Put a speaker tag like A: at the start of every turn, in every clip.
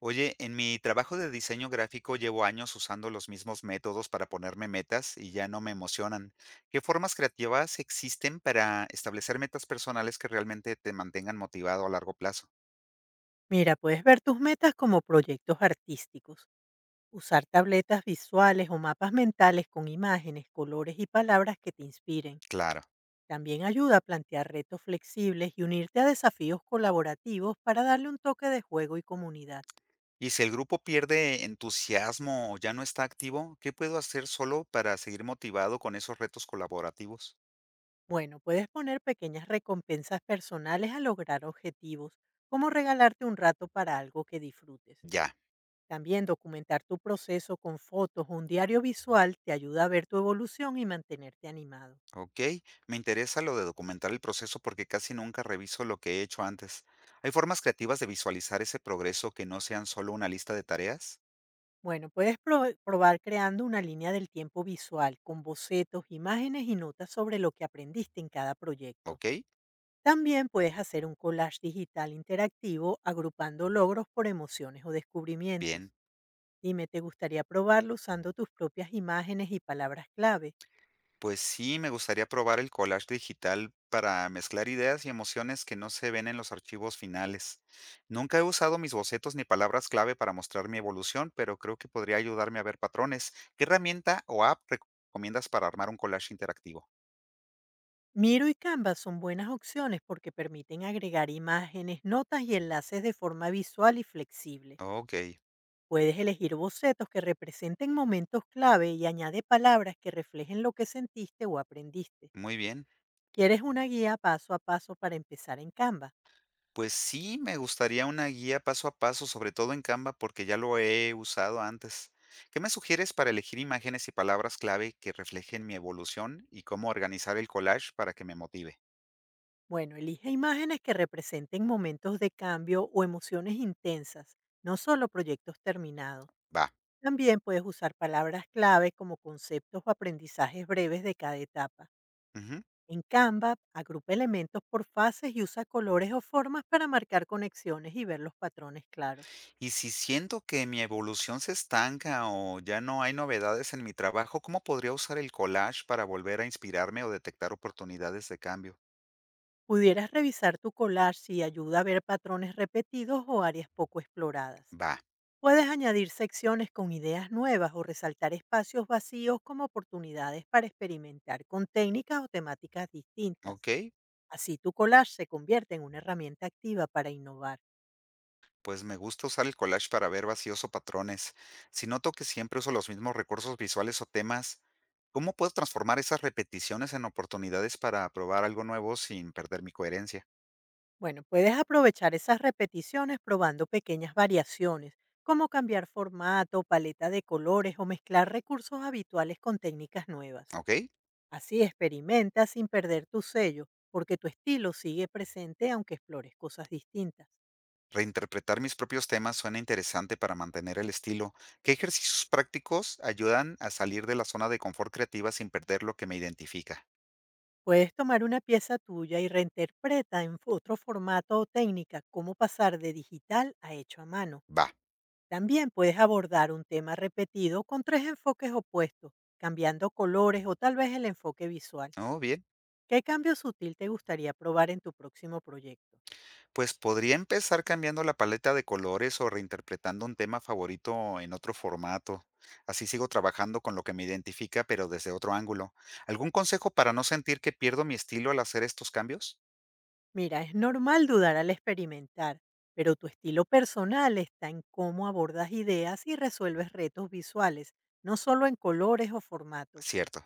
A: Oye, en mi trabajo de diseño gráfico llevo años usando los mismos métodos para ponerme metas y ya no me emocionan. ¿Qué formas creativas existen para establecer metas personales que realmente te mantengan motivado a largo plazo?
B: Mira, puedes ver tus metas como proyectos artísticos, usar tabletas visuales o mapas mentales con imágenes, colores y palabras que te inspiren.
A: Claro.
B: También ayuda a plantear retos flexibles y unirte a desafíos colaborativos para darle un toque de juego y comunidad.
A: Y si el grupo pierde entusiasmo o ya no está activo, ¿qué puedo hacer solo para seguir motivado con esos retos colaborativos?
B: Bueno, puedes poner pequeñas recompensas personales a lograr objetivos, como regalarte un rato para algo que disfrutes.
A: Ya.
B: También documentar tu proceso con fotos o un diario visual te ayuda a ver tu evolución y mantenerte animado.
A: Ok. Me interesa lo de documentar el proceso porque casi nunca reviso lo que he hecho antes. ¿Hay formas creativas de visualizar ese progreso que no sean solo una lista de tareas?
B: Bueno, puedes probar creando una línea del tiempo visual con bocetos, imágenes y notas sobre lo que aprendiste en cada proyecto.
A: ¿Ok?
B: También puedes hacer un collage digital interactivo agrupando logros por emociones o descubrimientos.
A: Bien.
B: Dime, ¿te gustaría probarlo usando tus propias imágenes y palabras clave?
A: Pues sí, me gustaría probar el collage digital para mezclar ideas y emociones que no se ven en los archivos finales. Nunca he usado mis bocetos ni palabras clave para mostrar mi evolución, pero creo que podría ayudarme a ver patrones. ¿Qué herramienta o app recomiendas para armar un collage interactivo?
B: Miro y Canva son buenas opciones porque permiten agregar imágenes, notas y enlaces de forma visual y flexible.
A: Ok.
B: Puedes elegir bocetos que representen momentos clave y añade palabras que reflejen lo que sentiste o aprendiste.
A: Muy bien.
B: ¿Quieres una guía paso a paso para empezar en Canva?
A: Pues sí, me gustaría una guía paso a paso, sobre todo en Canva, porque ya lo he usado antes. ¿Qué me sugieres para elegir imágenes y palabras clave que reflejen mi evolución y cómo organizar el collage para que me motive?
B: Bueno, elige imágenes que representen momentos de cambio o emociones intensas, no solo proyectos terminados.
A: Va.
B: También puedes usar palabras clave como conceptos o aprendizajes breves de cada etapa.
A: Ujú.
B: En Canva, agrupa elementos por fases y usa colores o formas para marcar conexiones y ver los patrones claros.
A: Y si siento que mi evolución se estanca o ya no hay novedades en mi trabajo, ¿cómo podría usar el collage para volver a inspirarme o detectar oportunidades de cambio?
B: Pudieras revisar tu collage si ayuda a ver patrones repetidos o áreas poco exploradas.
A: Va.
B: Puedes añadir secciones con ideas nuevas o resaltar espacios vacíos como oportunidades para experimentar con técnicas o temáticas distintas.
A: Ok.
B: Así tu collage se convierte en una herramienta activa para innovar.
A: Pues me gusta usar el collage para ver vacíos o patrones. Si noto que siempre uso los mismos recursos visuales o temas, ¿cómo puedo transformar esas repeticiones en oportunidades para probar algo nuevo sin perder mi coherencia?
B: Bueno, puedes aprovechar esas repeticiones probando pequeñas variaciones, como cambiar formato, paleta de colores o mezclar recursos habituales con técnicas nuevas.
A: ¿Ok?
B: Así experimenta sin perder tu sello, porque tu estilo sigue presente aunque explores cosas distintas.
A: Reinterpretar mis propios temas suena interesante para mantener el estilo. ¿Qué ejercicios prácticos ayudan a salir de la zona de confort creativa sin perder lo que me identifica?
B: Puedes tomar una pieza tuya y reinterpreta en otro formato o técnica cómo pasar de digital a hecho a mano.
A: Va.
B: También puedes abordar un tema repetido con tres enfoques opuestos, cambiando colores o tal vez el enfoque visual.
A: Oh, bien.
B: ¿Qué cambio sutil te gustaría probar en tu próximo proyecto?
A: Pues podría empezar cambiando la paleta de colores o reinterpretando un tema favorito en otro formato. Así sigo trabajando con lo que me identifica, pero desde otro ángulo. ¿Algún consejo para no sentir que pierdo mi estilo al hacer estos cambios?
B: Mira, es normal dudar al experimentar, pero tu estilo personal está en cómo abordas ideas y resuelves retos visuales, no solo en colores o formatos.
A: Cierto.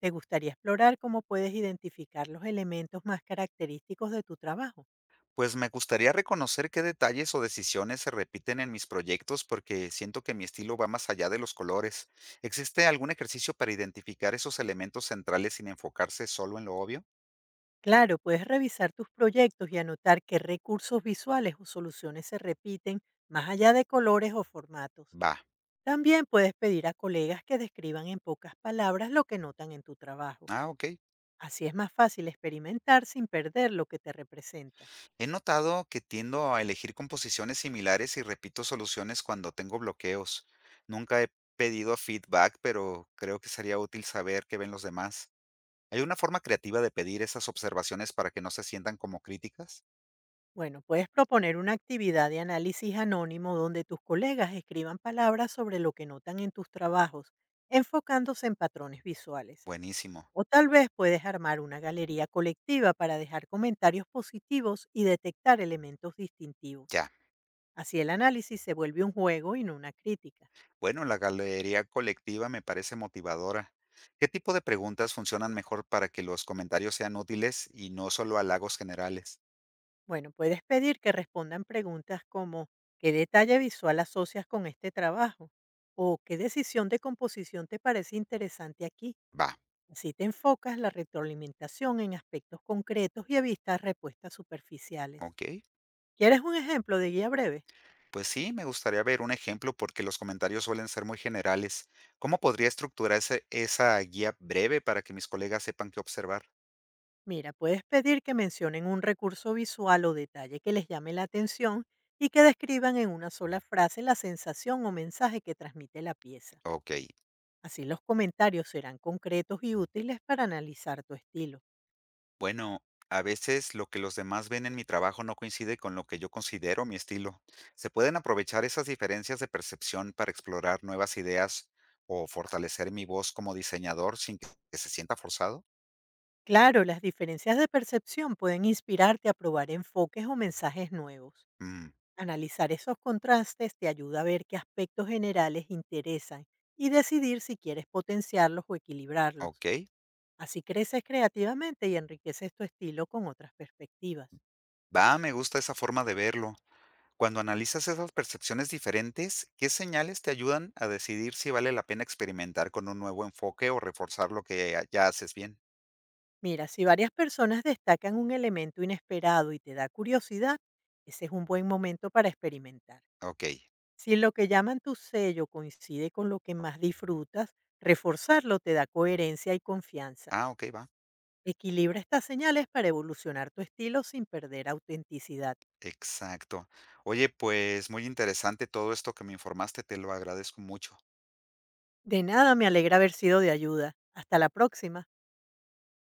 B: ¿Te gustaría explorar cómo puedes identificar los elementos más característicos de tu trabajo?
A: Pues me gustaría reconocer qué detalles o decisiones se repiten en mis proyectos porque siento que mi estilo va más allá de los colores. ¿Existe algún ejercicio para identificar esos elementos centrales sin enfocarse solo en lo obvio?
B: Claro, puedes revisar tus proyectos y anotar qué recursos visuales o soluciones se repiten más allá de colores o formatos.
A: Va.
B: También puedes pedir a colegas que describan en pocas palabras lo que notan en tu trabajo.
A: Ah, ok.
B: Así es más fácil experimentar sin perder lo que te representa.
A: He notado que tiendo a elegir composiciones similares y repito soluciones cuando tengo bloqueos. Nunca he pedido feedback, pero creo que sería útil saber qué ven los demás. ¿Hay una forma creativa de pedir esas observaciones para que no se sientan como críticas?
B: Bueno, puedes proponer una actividad de análisis anónimo donde tus colegas escriban palabras sobre lo que notan en tus trabajos, enfocándose en patrones visuales.
A: Buenísimo.
B: O tal vez puedes armar una galería colectiva para dejar comentarios positivos y detectar elementos distintivos.
A: Ya.
B: Así el análisis se vuelve un juego y no una crítica.
A: Bueno, la galería colectiva me parece motivadora. ¿Qué tipo de preguntas funcionan mejor para que los comentarios sean útiles y no solo halagos generales?
B: Bueno, puedes pedir que respondan preguntas como ¿qué detalle visual asocias con este trabajo? ¿O qué decisión de composición te parece interesante aquí?
A: Va,
B: Así te enfocas la retroalimentación en aspectos concretos y evitas respuestas superficiales.
A: ok.
B: ¿Quieres un ejemplo de guía breve?
A: Pues sí, me gustaría ver un ejemplo porque los comentarios suelen ser muy generales. ¿Cómo podría estructurar esa guía breve para que mis colegas sepan qué observar?
B: Mira, puedes pedir que mencionen un recurso visual o detalle que les llame la atención y que describan en una sola frase la sensación o mensaje que transmite la pieza.
A: Ok,
B: Así los comentarios serán concretos y útiles para analizar tu estilo.
A: bueno, a veces lo que los demás ven en mi trabajo no coincide con lo que yo considero mi estilo. ¿Se pueden aprovechar esas diferencias de percepción para explorar nuevas ideas o fortalecer mi voz como diseñador sin que se sienta forzado?
B: Claro, las diferencias de percepción pueden inspirarte a probar enfoques o mensajes nuevos.
A: Mm,
B: Analizar esos contrastes te ayuda a ver qué aspectos generales interesan y decidir si quieres potenciarlos o equilibrarlos.
A: ok,
B: Así creces creativamente y enriqueces tu estilo con otras perspectivas.
A: va, me gusta esa forma de verlo. Cuando analizas esas percepciones diferentes, ¿qué señales te ayudan a decidir si vale la pena experimentar con un nuevo enfoque o reforzar lo que ya haces bien?
B: Mira, si varias personas destacan un elemento inesperado y te da curiosidad, ese es un buen momento para experimentar.
A: Ok.
B: Si lo que llaman tu sello coincide con lo que más disfrutas, reforzarlo te da coherencia y confianza.
A: Ah, ok, va.
B: Equilibra estas señales para evolucionar tu estilo sin perder autenticidad.
A: Exacto. Oye, pues muy interesante todo esto que me informaste, te lo agradezco mucho.
B: De nada, me alegra haber sido de ayuda. Hasta la próxima.